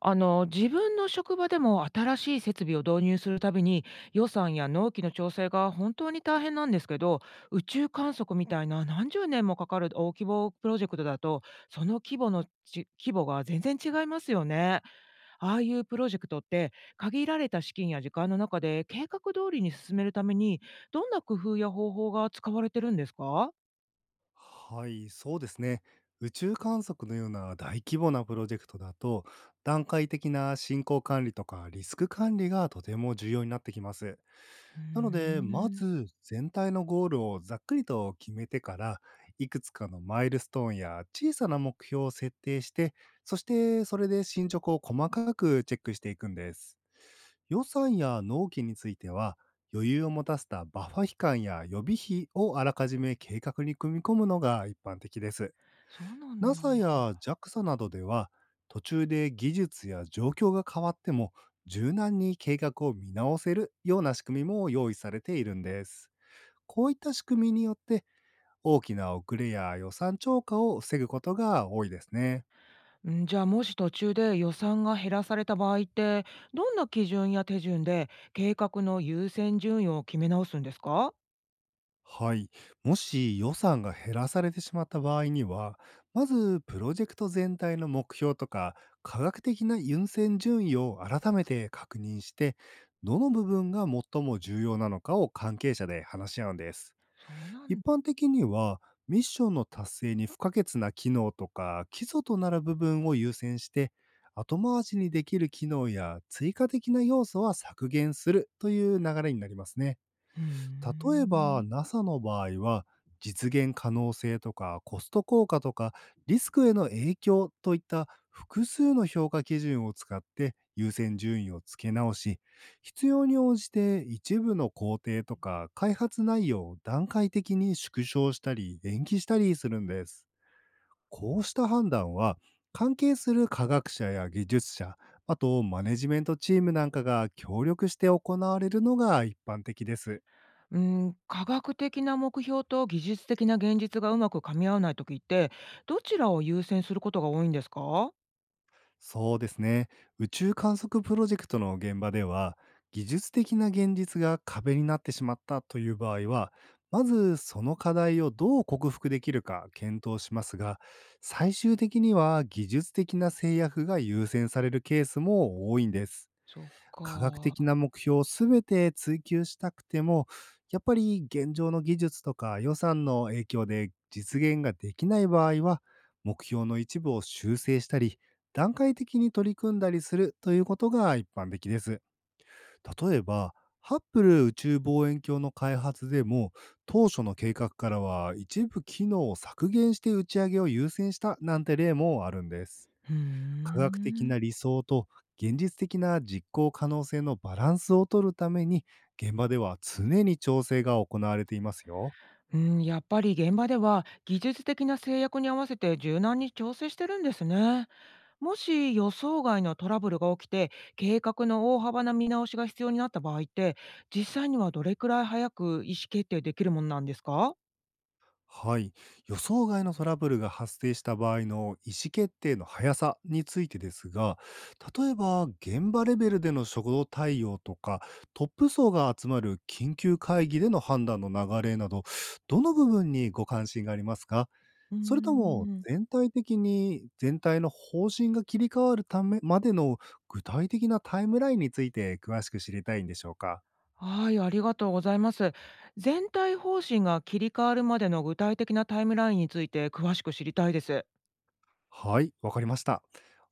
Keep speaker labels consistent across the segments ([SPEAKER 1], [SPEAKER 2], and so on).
[SPEAKER 1] 自分の職場でも新しい設備を導入するたびに、予算や納期の調整が本当に大変なんですけど、宇宙観測みたいな何十年もかかる大規模プロジェクトだと、その規模が全然違いますよね。ああいうプロジェクトって、限られた資金や時間の中で計画通りに進めるために、どんな工夫や方法が使われてるんですか？
[SPEAKER 2] はい、そうですね。宇宙観測のような大規模なプロジェクトだと、段階的な進行管理とかリスク管理がとても重要になってきます。
[SPEAKER 1] うー
[SPEAKER 2] なので、ま
[SPEAKER 1] ん。
[SPEAKER 2] ず全体のゴールをざっくりと決めてから、いくつかのマイルストーンや小さな目標を設定して、そしてそれで進捗を細かくチェックしていくんです。予算や納期については、余裕を持たせたバッファ期間や予備費をあらかじめ計画に組み込むのが一般的です。
[SPEAKER 1] そうなんだ。
[SPEAKER 2] NASA や JAXA などでは途中で技術や状況が変わっても柔軟に計画を見直せるような仕組みも用意されているんです。こういった仕組みによって大きな遅れや予算超過を防ぐことが多いですね。
[SPEAKER 1] じゃあもし途中で予算が減らされた場合って、どんな基準や手順で計画の優先順位を決め直すんですか？
[SPEAKER 2] はい。もし予算が減らされてしまった場合には、まずプロジェクト全体の目標とか、科学的な優先順位を改めて確認して、どの部分が最も重要なのかを関係者で話し合うんです。
[SPEAKER 1] そうなん
[SPEAKER 2] 一般的には、ミッションの達成に不可欠な機能とか、基礎となる部分を優先して、後回しにできる機能や追加的な要素は削減するという流れになりますね。
[SPEAKER 1] うー
[SPEAKER 2] 例えば
[SPEAKER 1] ん。
[SPEAKER 2] NASA の場合は、実現可能性とかコスト効果とかリスクへの影響といった複数の評価基準を使って優先順位を付け直し、必要に応じて一部の工程とか開発内容を段階的に縮小したり延期したりするんです。こうした判断は、関係する科学者や技術者、あとマネジメントチームなんかが協力して行われるのが一般的です。
[SPEAKER 1] うん。科学的な目標と技術的な現実がうまく噛み合わない時って、どちらを優先することが多いんですか？
[SPEAKER 2] そうですね。宇宙観測プロジェクトの現場では、技術的な現実が壁になってしまったという場合は、まずその課題をどう克服できるか検討しますが、最終的には技術的な制約が優先されるケースも多いんです。
[SPEAKER 1] そっ
[SPEAKER 2] 科学
[SPEAKER 1] か。
[SPEAKER 2] 的な目標を全て追求したくても、やっぱり現状の技術とか予算の影響で実現ができない場合は、目標の一部を修正したり、段階的に取り組んだりするということが一般的です。例えば、ハッブル宇宙望遠鏡の開発でも、当初の計画からは一部機能を削減して打ち上げを優先したなんて例もあるんです。
[SPEAKER 1] うー
[SPEAKER 2] 科学的
[SPEAKER 1] ん。
[SPEAKER 2] な理想と現実的な実行可能性のバランスを取るために、現場では常に調整が行われていますよ。
[SPEAKER 1] うん、やっぱり現場では技術的な制約に合わせて柔軟に調整してるんですね。もし予想外のトラブルが起きて、計画の大幅な見直しが必要になった場合って、実際にはどれくらい早く意思決定できるものなんですか？
[SPEAKER 2] はい。予想外のトラブルが発生した場合の意思決定の速さについてですが、例えば現場レベルでの初動対応とか、トップ層が集まる緊急会議での判断の流れなど、どの部分にご関心がありますか？
[SPEAKER 1] うー
[SPEAKER 2] それとも、
[SPEAKER 1] ん。
[SPEAKER 2] 全体的に全体の方針が切り替わるためまでの具体的なタイムラインについて詳しく知りたいんでしょうか？
[SPEAKER 1] はい、ありがとうございます。全体方針が切り替わるまでの具体的なタイムラインについて詳しく知りたいです。
[SPEAKER 2] はい、わかりました。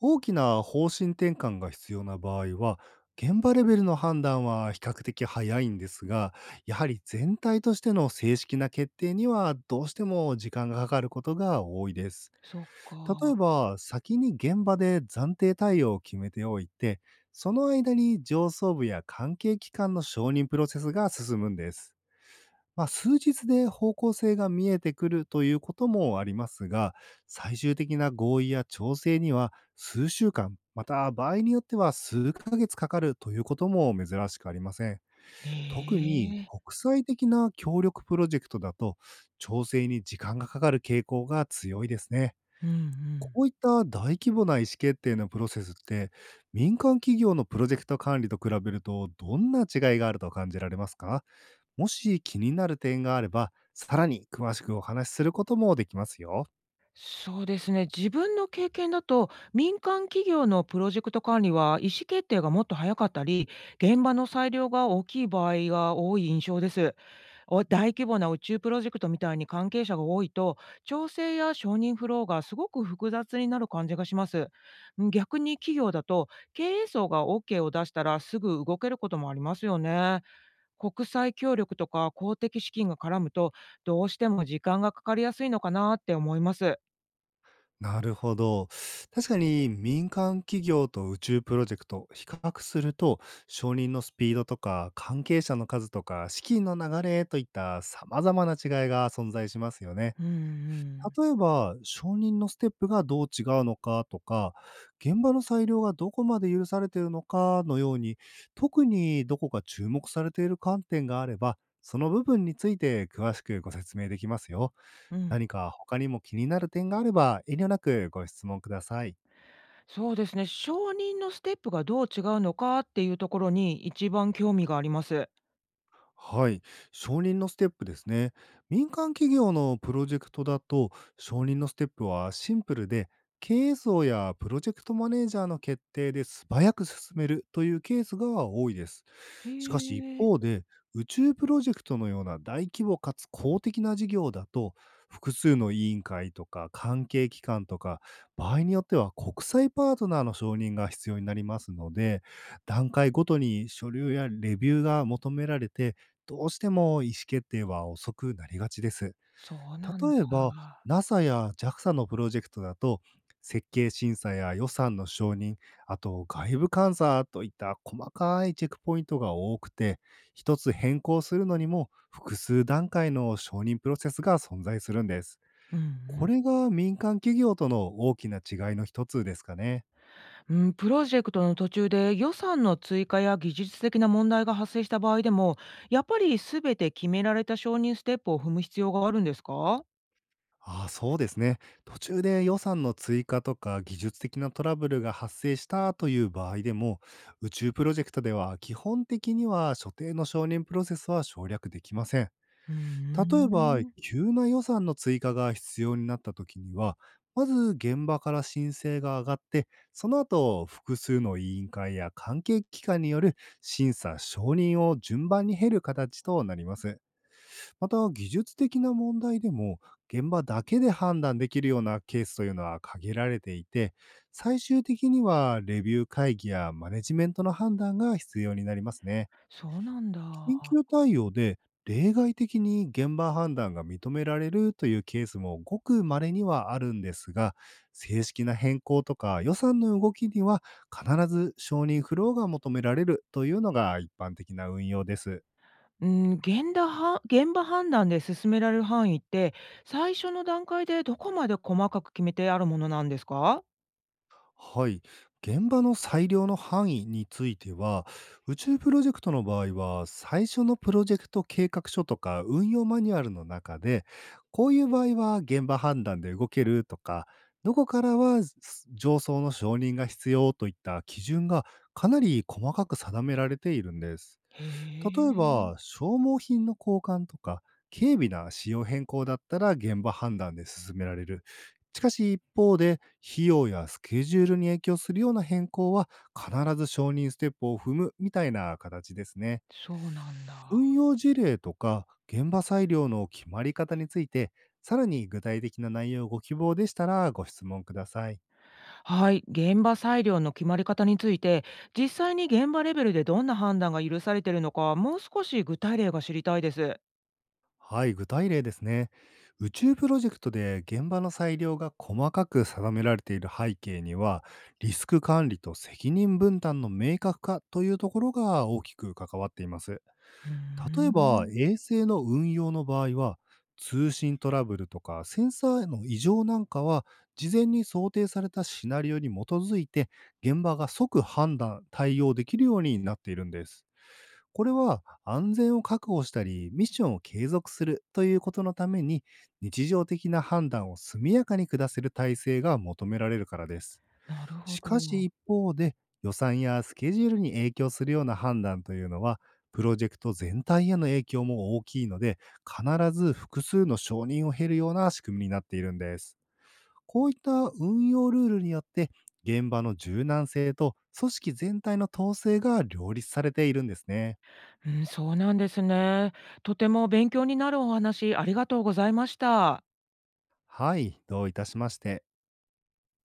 [SPEAKER 2] 大きな方針転換が必要な場合は、現場レベルの判断は比較的早いんですが、やはり全体としての正式な決定にはどうしても時間がかかることが多いです。
[SPEAKER 1] そっ
[SPEAKER 2] 例え
[SPEAKER 1] か。
[SPEAKER 2] ば、先に現場で暫定対応を決めておいて、その間に上層部や関係機関の承認プロセスが進むんです。まあ、数日で方向性が見えてくるということもありますが、最終的な合意や調整には数週間、また場合によっては数ヶ月かかるということも珍しくありません。
[SPEAKER 1] え
[SPEAKER 2] 特に
[SPEAKER 1] え。
[SPEAKER 2] 国際的な協力プロジェクトだと、調整に時間がかかる傾向が強いですね。
[SPEAKER 1] うんうん。
[SPEAKER 2] こういった大規模な意思決定のプロセスって、民間企業のプロジェクト管理と比べると、どんな違いがあると感じられますか？もし気になる点があれば、さらに詳しくお話しすることもできますよ。
[SPEAKER 1] そうですね。自分の経験だと、民間企業のプロジェクト管理は意思決定がもっと早かったり、現場の裁量が大きい場合が多い印象です。大規模な宇宙プロジェクトみたいに関係者が多いと、調整や承認フローがすごく複雑になる感じがします。逆に企業だと、経営層が OK を出したらすぐ動けることもありますよね。国際協力とか公的資金が絡むと、どうしても時間がかかりやすいのかなって思います。
[SPEAKER 2] なるほど。確かに民間企業と宇宙プロジェクト、比較すると、承認のスピードとか、関係者の数とか、資金の流れといった様々な違いが存在しますよね。
[SPEAKER 1] うんうん。
[SPEAKER 2] 例えば、承認のステップがどう違うのかとか、現場の裁量がどこまで許されているのかのように、特にどこか注目されている観点があれば、その部分について詳しくご説明できますよ。
[SPEAKER 1] うん。
[SPEAKER 2] 何か他にも気になる点があれば遠慮なくご質問ください。
[SPEAKER 1] そうですね。承認のステップがどう違うのかっていうところに一番興味があります。
[SPEAKER 2] はい、承認のステップですね。民間企業のプロジェクトだと、承認のステップはシンプルで、経営層やプロジェクトマネージャーの決定で素早く進めるというケースが多いです。
[SPEAKER 1] へ
[SPEAKER 2] しかし一
[SPEAKER 1] え、
[SPEAKER 2] 方で、宇宙プロジェクトのような大規模かつ公的な事業だと、複数の委員会とか関係機関とか、場合によっては国際パートナーの承認が必要になりますので、段階ごとに書類やレビューが求められて、どうしても意思決定は遅くなりがちです。
[SPEAKER 1] そうなん
[SPEAKER 2] 例えば、
[SPEAKER 1] だ。
[SPEAKER 2] NASA や JAXA のプロジェクトだと、設計審査や予算の承認、あと外部監査といった細かいチェックポイントが多くて、一つ変更するのにも複数段階の承認プロセスが存在するんです。
[SPEAKER 1] うんう
[SPEAKER 2] こ
[SPEAKER 1] ん。
[SPEAKER 2] れが民間企業との大きな違いの一つですかね。
[SPEAKER 1] うん、プロジェクトの途中で予算の追加や技術的な問題が発生した場合でも、やっぱり全て決められた承認ステップを踏む必要があるんですか？
[SPEAKER 2] ああ、そうですね。途中で予算の追加とか技術的なトラブルが発生したという場合でも、宇宙プロジェクトでは基本的には所定の承認プロセスは省略できません。
[SPEAKER 1] うー
[SPEAKER 2] 例えば、
[SPEAKER 1] ん。
[SPEAKER 2] 急な予算の追加が必要になった時には、まず現場から申請が上がって、その後、複数の委員会や関係機関による審査・承認を順番に経る形となります。また、技術的な問題でも、現場だけで判断できるようなケースというのは限られていて、最終的にはレビュー会議やマネジメントの判断が必要になりますね。
[SPEAKER 1] そうなんだ。
[SPEAKER 2] 緊急対応で例外的に現場判断が認められるというケースもごく稀にはあるんですが、正式な変更とか予算の動きには必ず承認フローが求められるというのが一般的な運用です。
[SPEAKER 1] うん、現場判断で進められる範囲って、最初の段階でどこまで細かく決めてあるものなんですか？
[SPEAKER 2] はい。現場の裁量の範囲については、宇宙プロジェクトの場合は、最初のプロジェクト計画書とか運用マニュアルの中で、こういう場合は現場判断で動けるとか、どこからはす上層の承認が必要といった基準がかなり細かく定められているんです。
[SPEAKER 1] へ
[SPEAKER 2] 例え
[SPEAKER 1] え、
[SPEAKER 2] ば、消耗品の交換とか、軽微な仕様変更だったら現場判断で進められる。しかし一方で、費用やスケジュールに影響するような変更は、必ず承認ステップを踏むみたいな形ですね。
[SPEAKER 1] そうなんだ。
[SPEAKER 2] 運用事例とか、現場裁量の決まり方について、さらに具体的な内容をご希望でしたらご質問ください。
[SPEAKER 1] はい、現場裁量の決まり方について、実際に現場レベルでどんな判断が許されているのか、もう少し具体例が知りたいです。
[SPEAKER 2] はい、具体例ですね。宇宙プロジェクトで現場の裁量が細かく定められている背景には、リスク管理と責任分担の明確化というところが大きく関わっています。
[SPEAKER 1] うー
[SPEAKER 2] 例えば、
[SPEAKER 1] ん、
[SPEAKER 2] 衛星の運用の場合は、通信トラブルとかセンサーへの異常なんかは、事前に想定されたシナリオに基づいて、現場が即判断、対応できるようになっているんです。これは安全を確保したり、ミッションを継続するということのために、日常的な判断を速やかに下せる体制が求められるからです。
[SPEAKER 1] なるほ
[SPEAKER 2] しかし
[SPEAKER 1] ど。
[SPEAKER 2] 一方で、予算やスケジュールに影響するような判断というのは、プロジェクト全体への影響も大きいので、必ず複数の承認を経るような仕組みになっているんです。こういった運用ルールによって、現場の柔軟性と組織全体の統制が両立されているんですね。
[SPEAKER 1] うん、そうなんですね。とても勉強になるお話、ありがとうございました。
[SPEAKER 2] はい、どういたしまして。